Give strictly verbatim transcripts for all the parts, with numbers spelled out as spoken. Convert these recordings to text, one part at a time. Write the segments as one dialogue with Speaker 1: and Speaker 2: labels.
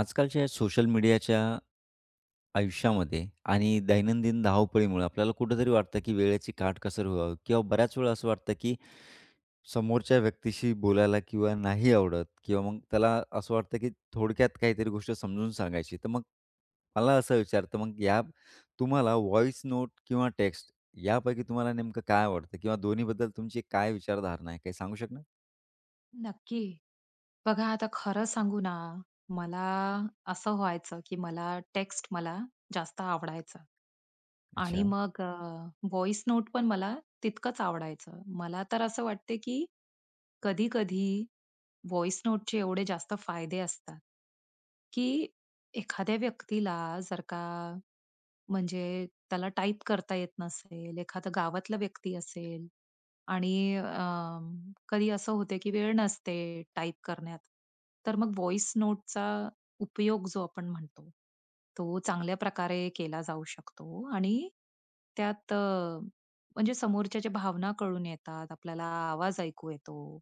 Speaker 1: आजकालच्या या सोशल मीडियाच्या आयुष्यामध्ये आणि दैनंदिन धावपळीमुळे आपल्याला कुठेतरी वाटतं की वेळेची काटकसर व्हावी किंवा बऱ्याच वेळा असं वाटतं की समोरच्या व्यक्तीशी बोलायला किंवा नाही आवडत किंवा मग त्याला असं वाटतं की थोडक्यात काहीतरी गोष्ट समजून सांगायची. तर मग मला असं विचारतं मग या तुम्हाला व्हॉइस नोट किंवा टेक्स्ट यापैकी तुम्हाला नेमकं काय आवडतं किंवा दोन्हीबद्दल तुमची काय विचारधारणा आहे? काही सांगू शकणार?
Speaker 2: नक्की. बघा आता खरं सांगू ना, मला असं व्हायचं, की मला टेक्स्ट मला जास्त आवडायचं
Speaker 1: अच्छा.
Speaker 2: आणि मग अ, व्हॉइस नोट पण मला तितकंच आवडायचं. मला तर असं वाटते, की कधी-कधी व्हॉइस नोटचे एवढे जास्त फायदे असतात, की एखाद्या व्यक्तीला जर का म्हणजे त्याला टाइप करता येत नसेल, एखादा गावातला व्यक्ती असेल आणि अं, कधी असं होते की वेळ नसते टाइप करण्यात. तर मग व्हॉइस नोटचा उपयोग जो आपण म्हणतो, तो चांगल्या प्रकारे केला जाऊ शकतो आणि त्यात अ, म्हणजे समोरच्याच्या भावना कळून येतात, आपल्याला आवाज ऐकू येतो.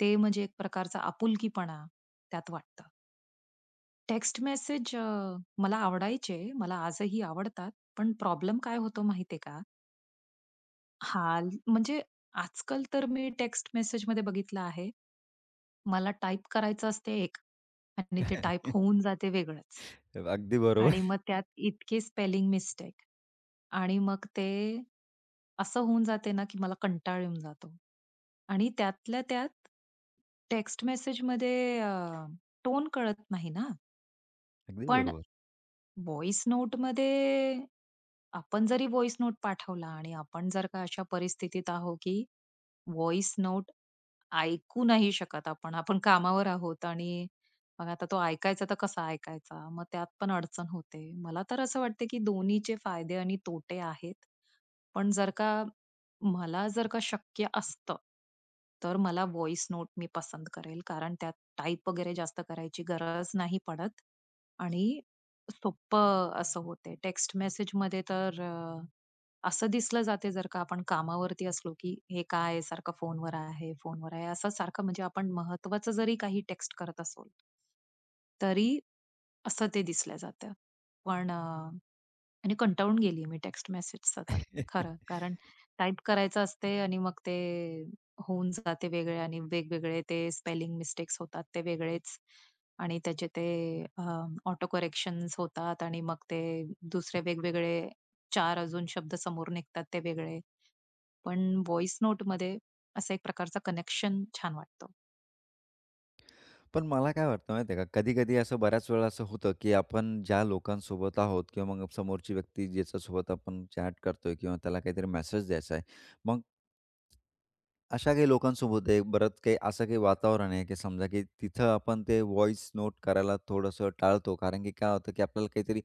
Speaker 2: ते म्हणजे एक प्रकारचा आपुलकीपणा त्यात वाटतं. टेक्स्ट मेसेज अ, मला आवडायचे, मला आजही आवडतात. पण प्रॉब्लेम काय होतो माहितीये का? हाल म्हणजे आजकाल तर मी टेक्स्ट मेसेज मेसेजमध्ये बघितलं आहे, मला टाइप करायचं असते एक आणि ते टाइप होऊन जाते वेगळंच
Speaker 1: अगदी बरोबर,
Speaker 2: आणि मग त्यात इतके स्पेलिंग मिस्टेक आणि मग ते असं होऊन जाते ना, की मला कंटाळ येऊन जातो आणि त्यातल्या त्यात टेक्स्ट मेसेजमध्ये अ, टोन कळत नाही ना.
Speaker 1: अगदी
Speaker 2: पण
Speaker 1: बरोबर.
Speaker 2: व्हॉइस नोटमध्ये आपण जरी व्हॉइस नोट पाठवला आणि आपण जर का अशा परिस्थितीत आहो की व्हॉइस नोट ऐकू नाही शकत आपण. आपण कामावर आहोत आणि मग आता तो ऐकायचा तर कसा ऐकायचा? मग त्यात पण अडचण होते. मला तर असं वाटतं, की दोन्हीचे फायदे आणि तोटे आहेत. पण जर का मला जर का शक्य असतं, तर मला व्हॉइस नोट मी पसंत करेल. कारण त्यात टाइप वगैरे जास्त करायची गरज नाही पडत आणि सोप्पं असं होते. टेक्स्ट मेसेजमध्ये तर असं दिसलं जाते जर का आपण कामावरती असलो, की हे काय आहे सारखं फोनवर आहे, फोनवर आहे, असं सारखं म्हणजे आपण महत्त्वाचं जरी काही टेक्स्ट करत असू तरी असं ते दिसलं जातं. पण अ, आणि कंटाळून गेली मी टेक्स्ट मेसेजचा तर खरं. कारण टाइप करायचं असते आणि मग ते होऊन जाते वेगळे आणि वेगवेगळे ते स्पेलिंग मिस्टेक्स होतात ते वेगळेच आणि त्याचे ते अ, ऑटो करेक्शन्स होतात आणि मग ते दुसरे वेगवेगळे चार अजून शब्द समोर निघतात ते वेगळे. पण व्हॉइस नोटमध्ये असा एक प्रकारचा कनेक्शन छान वाटतो.
Speaker 1: पण मला काय वाटतं माहिती आहे का, कधी-कधी असं बऱ्याच वेळा असं होतं, की आपण ज्या लोकांसोबत आहोत किंवा मग समोरची व्यक्ती ज्याच्यासोबत आपण चॅट करतोय किंवा त्याला काहीतरी मेसेज द्यायचा आहे. मग अशा काही लोकांसोबत आहे बरंच काही असं काही वातावरण आहे, की समजा की तिथं आपण ते व्हॉईस नोट करायला थोडंसं टाळतो. कारण की काय होतं, की आपल्याला काहीतरी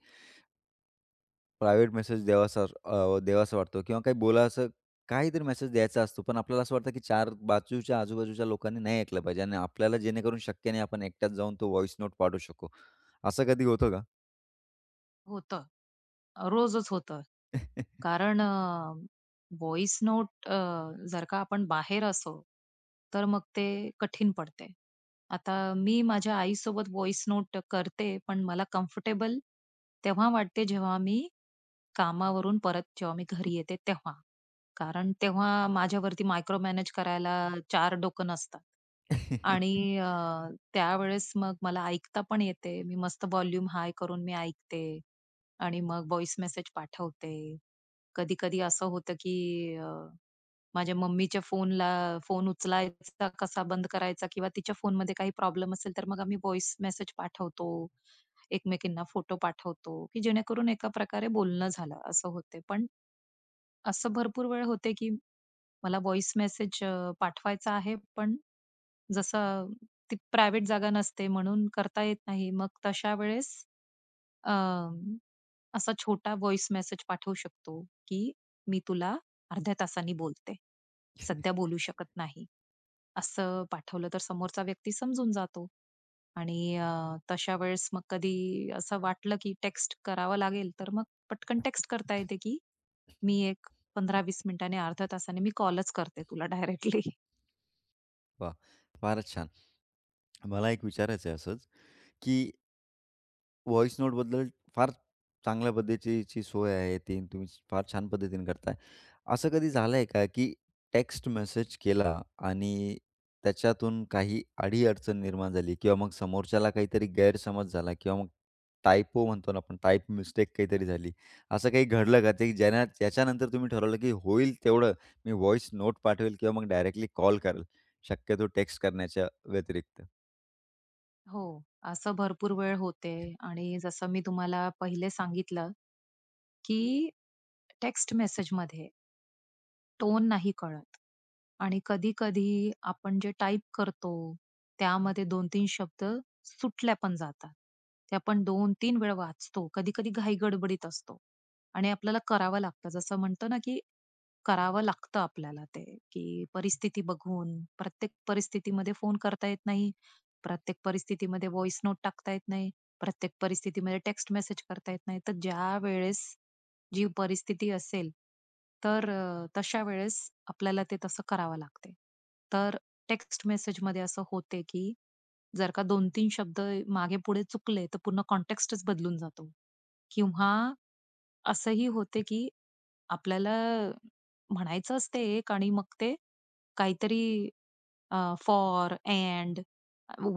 Speaker 1: प्रायव्हेट मेसेज द्यावासा अ, द्यावासा वाटतो किंवा काही बोलायचं काहीतरी मेसेज द्यायचा असतो. पण आपल्याला असं वाटतं की चार बाजूच्या आजूबाजूच्या लोकांनी नाही ऐकलं पाहिजे आणि आपल्याला जेणेकरून शक्य नाही आपण एकटाच जाऊन तो व्हॉइस नोट पाठवू शकू. असं कधी होतं का?
Speaker 2: होतं. रोजच होतं. कारण अ, व्हॉइस नोट अ, जर का आपण बाहेर असो, तर मग ते कठीण पडते. आता मी माझ्या आईसोबत व्हॉइस नोट करते, पण मला कम्फर्टेबल तेव्हा वाटते जेव्हा मी कामावरून परत जेव्हा मी घरी येते तेव्हा. कारण तेव्हा माझ्यावरती मायक्रो मॅनेज करायला चार डोकं नसतात. आणि अ, त्यावेळेस मग मला ऐकता पण येते. मी मस्त व्हॉल्यूम हाय करून मी ऐकते आणि मग व्हॉईस मेसेज पाठवते. कधी-कधी असं होतं की माझ्या मम्मीच्या फोनला फोन उचलायचा कसा बंद करायचा किंवा तिच्या फोनमध्ये काही प्रॉब्लेम असेल तर मग आम्ही व्हॉइस मेसेज पाठवतो. एकमेकींना फोटो पाठवतो, की जेणेकरून एका प्रकारे बोलणं झालं असं होते. पण असं भरपूर वेळ होते, की मला व्हॉइस मेसेज अ, पाठवायचा आहे पण जसं ती प्रायव्हेट जागा नसते म्हणून करता येत नाही. मग तशा वेळेस अं, असा छोटा व्हॉइस मेसेज पाठवू शकतो, की "मी तुला अर्ध्या तासाने बोलते. सध्या बोलू शकत नाही." असं पाठवलं तर समोरचा व्यक्ती समजून जातो आणि अ, तशा वेळेस मग कधी असं वाटलं, की टेक्स्ट करावं लागेल, तर मग पटकन टेक्स्ट करता येते, की "मी एक पंधरा ते वीस मिनिटांनी, अर्ध्या तासाने मी कॉलच करते तुला डायरेक्टली."
Speaker 1: वाह! फारच छान. मला एक विचारायचं आहे असंच, की व्हॉईस नोटबद्दल फार चांगल्या पद्धतीची सोय आहे ती आणि तुम्ही फार छान पद्धतीने करताय. असं कधी झालंय का, की टेक्स्ट मेसेज केला आणि त्याच्यातून काही अडी निर्माण झाली किंवा मग समोरच्याला काहीतरी गैरसमज झाला किंवा मग टायपो म्हणतो ना आपण, टाइप मिस्टेक काहीतरी झाली. असं काही घडलं का ते ज्याना ज्याच्यानंतर तुम्ही ठरवलं, की होईल तेवढं मी व्हॉईस नोट पाठवेल किंवा मग डायरेक्टली कॉल करेल, शक्यतो टेक्स्ट करण्याच्या व्यतिरिक्त?
Speaker 2: हो, असं भरपूर वेळ होते आणि जसं मी तुम्हाला पहिले सांगितलं, की टेक्स्ट मेसेजमध्ये टोन नाही कळत. आणि कधी-कधी आपण जे टाइप करतो, त्यामध्ये दोन तीन शब्द सुटल्या पण जातात. ते आपण दोन तीन वेळा वाचतो. कधी-कधी घाई गडबडीत असतो आणि आपल्याला करावं लागतं. जसं म्हणतो ना, की करावं लागतं आपल्याला ते, की परिस्थिती बघून. प्रत्येक परिस्थितीमध्ये फोन करता येत नाही. प्रत्येक परिस्थितीमध्ये व्हॉइस नोट टाकता येत नाही. प्रत्येक परिस्थितीमध्ये टेक्स्ट मेसेज करता येत नाही. तर ज्यावेळेस जी परिस्थिती असेल, तर अ, तशा वेळेस आपल्याला ते तसं करावं लागते. तर टेक्स्ट मेसेजमध्ये असं होते, की जर का दोन-तीन शब्द मागे-पुढे चुकले, तर पूर्ण कॉन्टेक्स्टच बदलून जातो किंवा असंही होते की आपल्याला म्हणायचं असते एक आणि मग ते काहीतरी फॉर अँड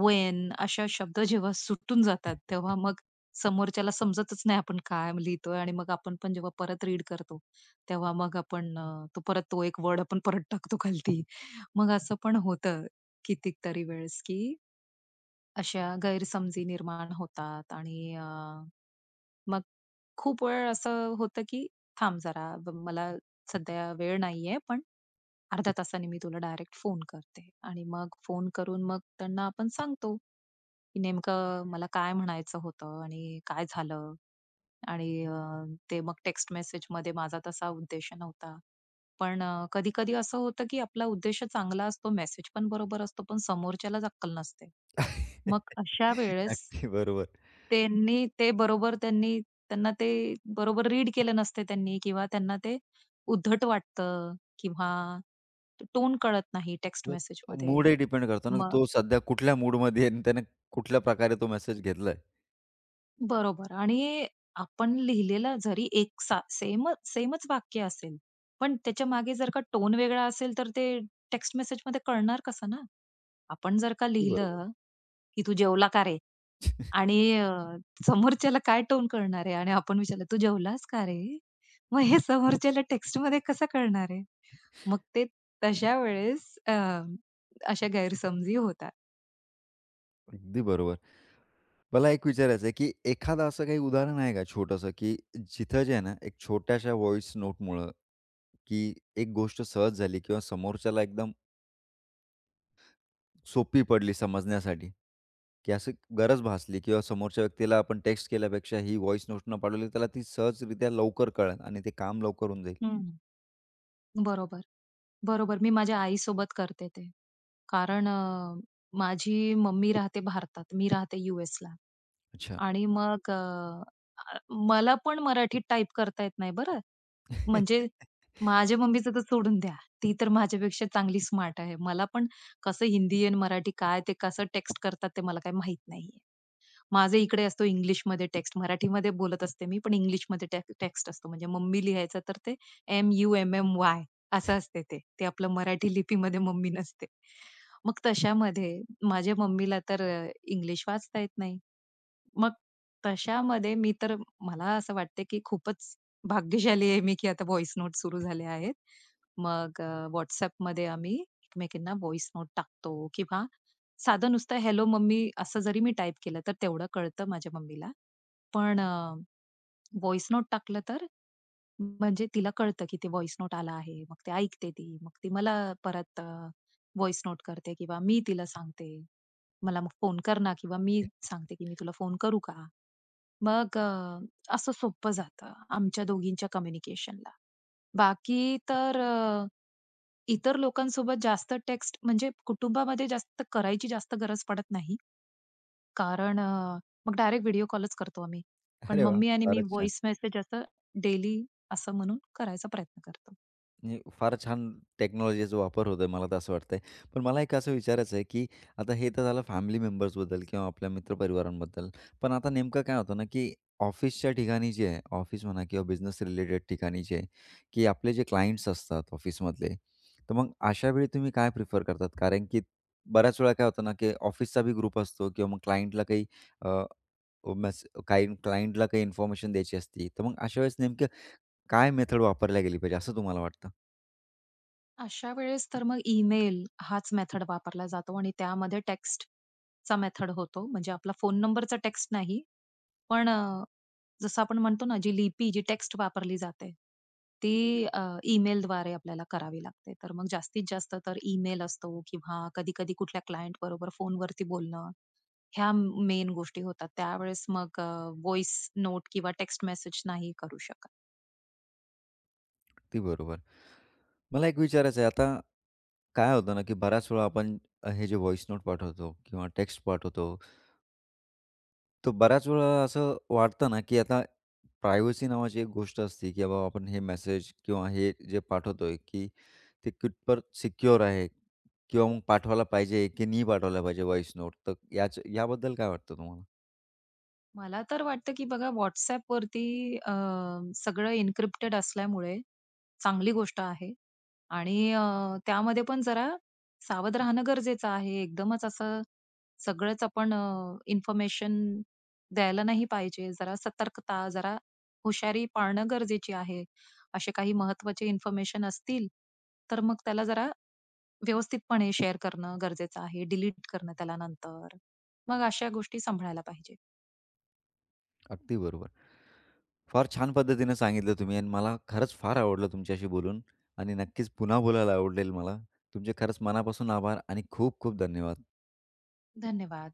Speaker 2: वेन अशा शब्द जेव्हा सुटून जातात तेव्हा मग समोरच्याला समजतच नाही आपण काय लिहितोय आणि मग आपण पण जेव्हा परत रीड करतो तेव्हा मग आपण अ, तो परत तो एक वर्ड आपण परत टाकतो खालती मग असं पण होतं कितीतरी वेळेस की अशा गैरसमजी निर्माण होतात आणि अ, मग खूप वेळ असं होतं की थांब जरा ब- मला सध्या वेळ नाहीये पण अर्ध्या तासाने मी तुला डायरेक्ट फोन करते आणि मग फोन करून मग त्यांना आपण सांगतो की नेमकं मला काय म्हणायचं होतं आणि काय झालं आणि अ, ते मग टेक्स्ट मेसेज मध्ये माझा तसा उद्देश नव्हता पण कधी कधी असं होतं की आपला उद्देश चांगला असतो मेसेज पण बरोबर असतो पण समोरच्यालाच अक्कल नसते मग अशा वेळेस
Speaker 1: अगदी बरोबर.
Speaker 2: त्यांनी ते बरोबर त्यांनी त्यांना ते बरोबर रीड केलं नसते त्यांनी किंवा त्यांना ते उद्धट वाटतं किंवा टोन कळत नाही टेक्स्ट
Speaker 1: मग
Speaker 2: मेसेजमध्ये.
Speaker 1: मूडही डिपेंड करतो ना,
Speaker 2: मग
Speaker 1: तो सध्या कुठल्या मूडमध्ये आहे आणि त्याने कुठल्या प्रकारे तो मेसेज घेतलाय.
Speaker 2: बरोबर आणि आपण लिहिलेलं जरी एक सा सेम सेमच वाक्य असेल, पण त्याच्या मागे जर का टोन वेगळा असेल, तर ते टेक्स्ट मेसेजमध्ये कळणार कसं ना? आपण जर का
Speaker 1: अगदी बरोबर,
Speaker 2: लिहिलं, की "तू जेवला का रे?" आणि अ, समोरच्याला काय टोन कळणार आहे आणि आपण विचारलं, "तू जेवलास का रे?" मग हे समोरच्याला टेक्स्टमध्ये कसं कळणार आहे? मग ते तशा वेळेस अ, अशा गैरसमजी होतात.
Speaker 1: अगदी बरोबर. मला एक विचारायचं आहे, की एखादं असं काही उदाहरण आहे का छोटंसं, की जिथं जे आहे ना, एक छोट्याशा व्हॉइस नोटमुळं, की एक गोष्ट सहज झाली किंवा समोरच्याला एकदम सोपी पडली समजण्यासाठी, की असं गरज भासली किंवा समोरच्या व्यक्तीला आपण टेक्स्ट केल्यापेक्षा ही व्हॉइस नोट न पाठवली, त्याला ती सहजरित्या लवकर कळेल आणि ते काम लवकर होऊन जाईल?
Speaker 2: हं. बरोबर, बरोबर. मी माझ्या आईसोबत करते ते. कारण अ, माझी मम्मी राहते भारतात, मी राहते यूएसला.
Speaker 1: अच्छा.
Speaker 2: आणि मग अ, अ, मला पण मराठीत टाइप करता येत नाही बरं. म्हणजे माझ्या मम्मीचं तर सोडून द्या. ती तर माझ्यापेक्षा चांगली स्मार्ट आहे. मला पण कसं हिंदी आणि मराठी काय ते कसं टेक्स्ट करतात ते मला काही माहीत नाहीये. माझं इकडे असतो इंग्लिशमध्ये टेक्स्ट. मराठीमध्ये बोलत असते मी, पण इंग्लिशमध्ये टेक्स्ट असतो. म्हणजे मम्मी लिहायचं तर ते एम-यू-एम-एम-वाय असं असते ते. ते आपलं मराठी लिपीमध्ये मम्मी नसते. मग तशामध्ये माझ्या मम्मीला तर अ, इंग्लिश वाचता येत नाही. मग तशामध्ये मी तर मला असं वाटते, की खूपच भाग्यशाली आहे मी, की आता व्हॉइस नोट सुरू झाले आहेत. मग अ, WhatsAppमध्ये आम्ही एकमेकींना व्हॉइस नोट टाकतो किंवा साधं नुसतं "हॅलो मम्मी" असं जरी मी टाइप केलं, तर तेवढं कळतं माझ्या मम्मीला. पण व्हॉइस नोट टाकलं तर म्हणजे तिला कळतं, की ते व्हॉइस नोट आला आहे. मग ते ऐकते ती. मग ती मला परत व्हॉइस नोट करते किंवा मी तिला सांगते. मला मग फोन कर ना किंवा मी सांगते, की "मी तुला फोन करू का?" मग अ, असं सोपं जातं आमच्या दोघींच्या कम्युनिकेशनला. बाकी तर अ, इतर लोकांसोबत जास्त टेक्स्ट म्हणजे कुटुंबामध्ये जास्त करायची जास्त गरज पडत नाही. कारण अ, मग डायरेक्ट व्हिडिओ कॉलच करतो आम्ही. पण
Speaker 1: अरे वाह!
Speaker 2: मम्मी आणि मी
Speaker 1: फारच छान.
Speaker 2: व्हॉइस मेसेज असं डेली असं म्हणून करायचा प्रयत्न करतो.
Speaker 1: नाही, फार छान टेक्नॉलॉजीचा वापर होतोय, मला तर असं वाटतंय. पण मला एक असं विचारायचं आहे, की आता हे तर झालं फॅमिली मेंबर्सबद्दल किंवा आपल्या मित्रपरिवारांबद्दल. पण आता नेमकं काय होतं ना, की ऑफिसच्या ठिकाणी जे आहे, ऑफिस म्हणा किंवा बिझनेस रिलेटेड ठिकाणी जे आहे, की आपले जे क्लायंट्स असतात ऑफिसमधले, तर मग अशा वेळी तुम्ही काय प्रिफर करतात? कारण की बऱ्याच वेळा काय होतं ना, की ऑफिसचा बी ग्रुप असतो किंवा मग क्लायंटला काही अ, मेस काही क्लायंटला काही इन्फॉर्मेशन द्यायची असती. तर मग अशा वेळेस नेमकं काय मेथड वापरल्या गेली पाहिजे असं तुम्हाला वाटतं?
Speaker 2: अशा वेळेस तर मग ईमेल हाच मेथड वापरला जातो आणि त्यामध्ये टेक्स्टचा मेथड होतो. म्हणजे आपला फोन नंबरचा टेक्स्ट नाही. पण अ, जसं आपण म्हणतो ना, जी लिपी, जी टेक्स्ट वापरली जाते, ती अ, ईमेलद्वारे आपल्याला करावी लागते. तर मग जास्तीत जास्त तर ईमेल असतो किंवा कधी-कधी कुठल्या क्लायंट बरोबर फोनवरती बोलणं, ह्या मेन गोष्टी होतात. त्यावेळेस मग अ, व्हॉइस नोट किंवा टेक्स्ट मेसेज नाही करू शकत.
Speaker 1: अगदी बरोबर. मला एक विचारायचं आहे, आता काय होतं ना, की बऱ्याच वेळा आपण अ, हे जे व्हॉइस नोट पाठवतो किंवा टेक्स्ट पाठवतो, तर बऱ्याच वेळा असं वाटतं ना, की आता प्रायव्हसी नावाची एक गोष्ट असते, की बाबा आपण हे मेसेज किंवा हे जे पाठवतोय, की ते कितपत सिक्युअर आहे किंवा मग पाठवायला पाहिजे की नाही पाठवायला पाहिजे व्हॉइस नोट, तर याच याबद्दल काय वाटतं तुम्हाला?
Speaker 2: मला तर वाटतं, की बघा WhatsApp वरती अ, सगळं एन्क्रिप्टेड असल्यामुळे चांगली गोष्ट आहे आणि अ, त्यामध्ये पण जरा सावध राहणं गरजेचं आहे. एकदमच असं सगळंच आपण अ, इन्फॉर्मेशन द्यायला नाही पाहिजे. जरा सतर्कता, जरा हुशारी पाळणं गरजेची आहे. असे काही महत्त्वाचे इन्फॉर्मेशन असतील, तर मग त्याला जरा व्यवस्थितपणे शेअर करणं गरजेचं आहे. डिलीट करणं त्याला नंतर. मग अशा गोष्टी सांभाळायला पाहिजे.
Speaker 1: अगदी बरोबर. फार छान पद्धतीनं सांगितलं तुम्ही आणि मला खरंच फार आवडलं तुमच्याशी बोलून आणि नक्कीच पुन्हा बोलायला आवडेल मला. तुमचे खरंच मनापासून आभार आणि खूप खूप धन्यवाद.
Speaker 2: धन्यवाद.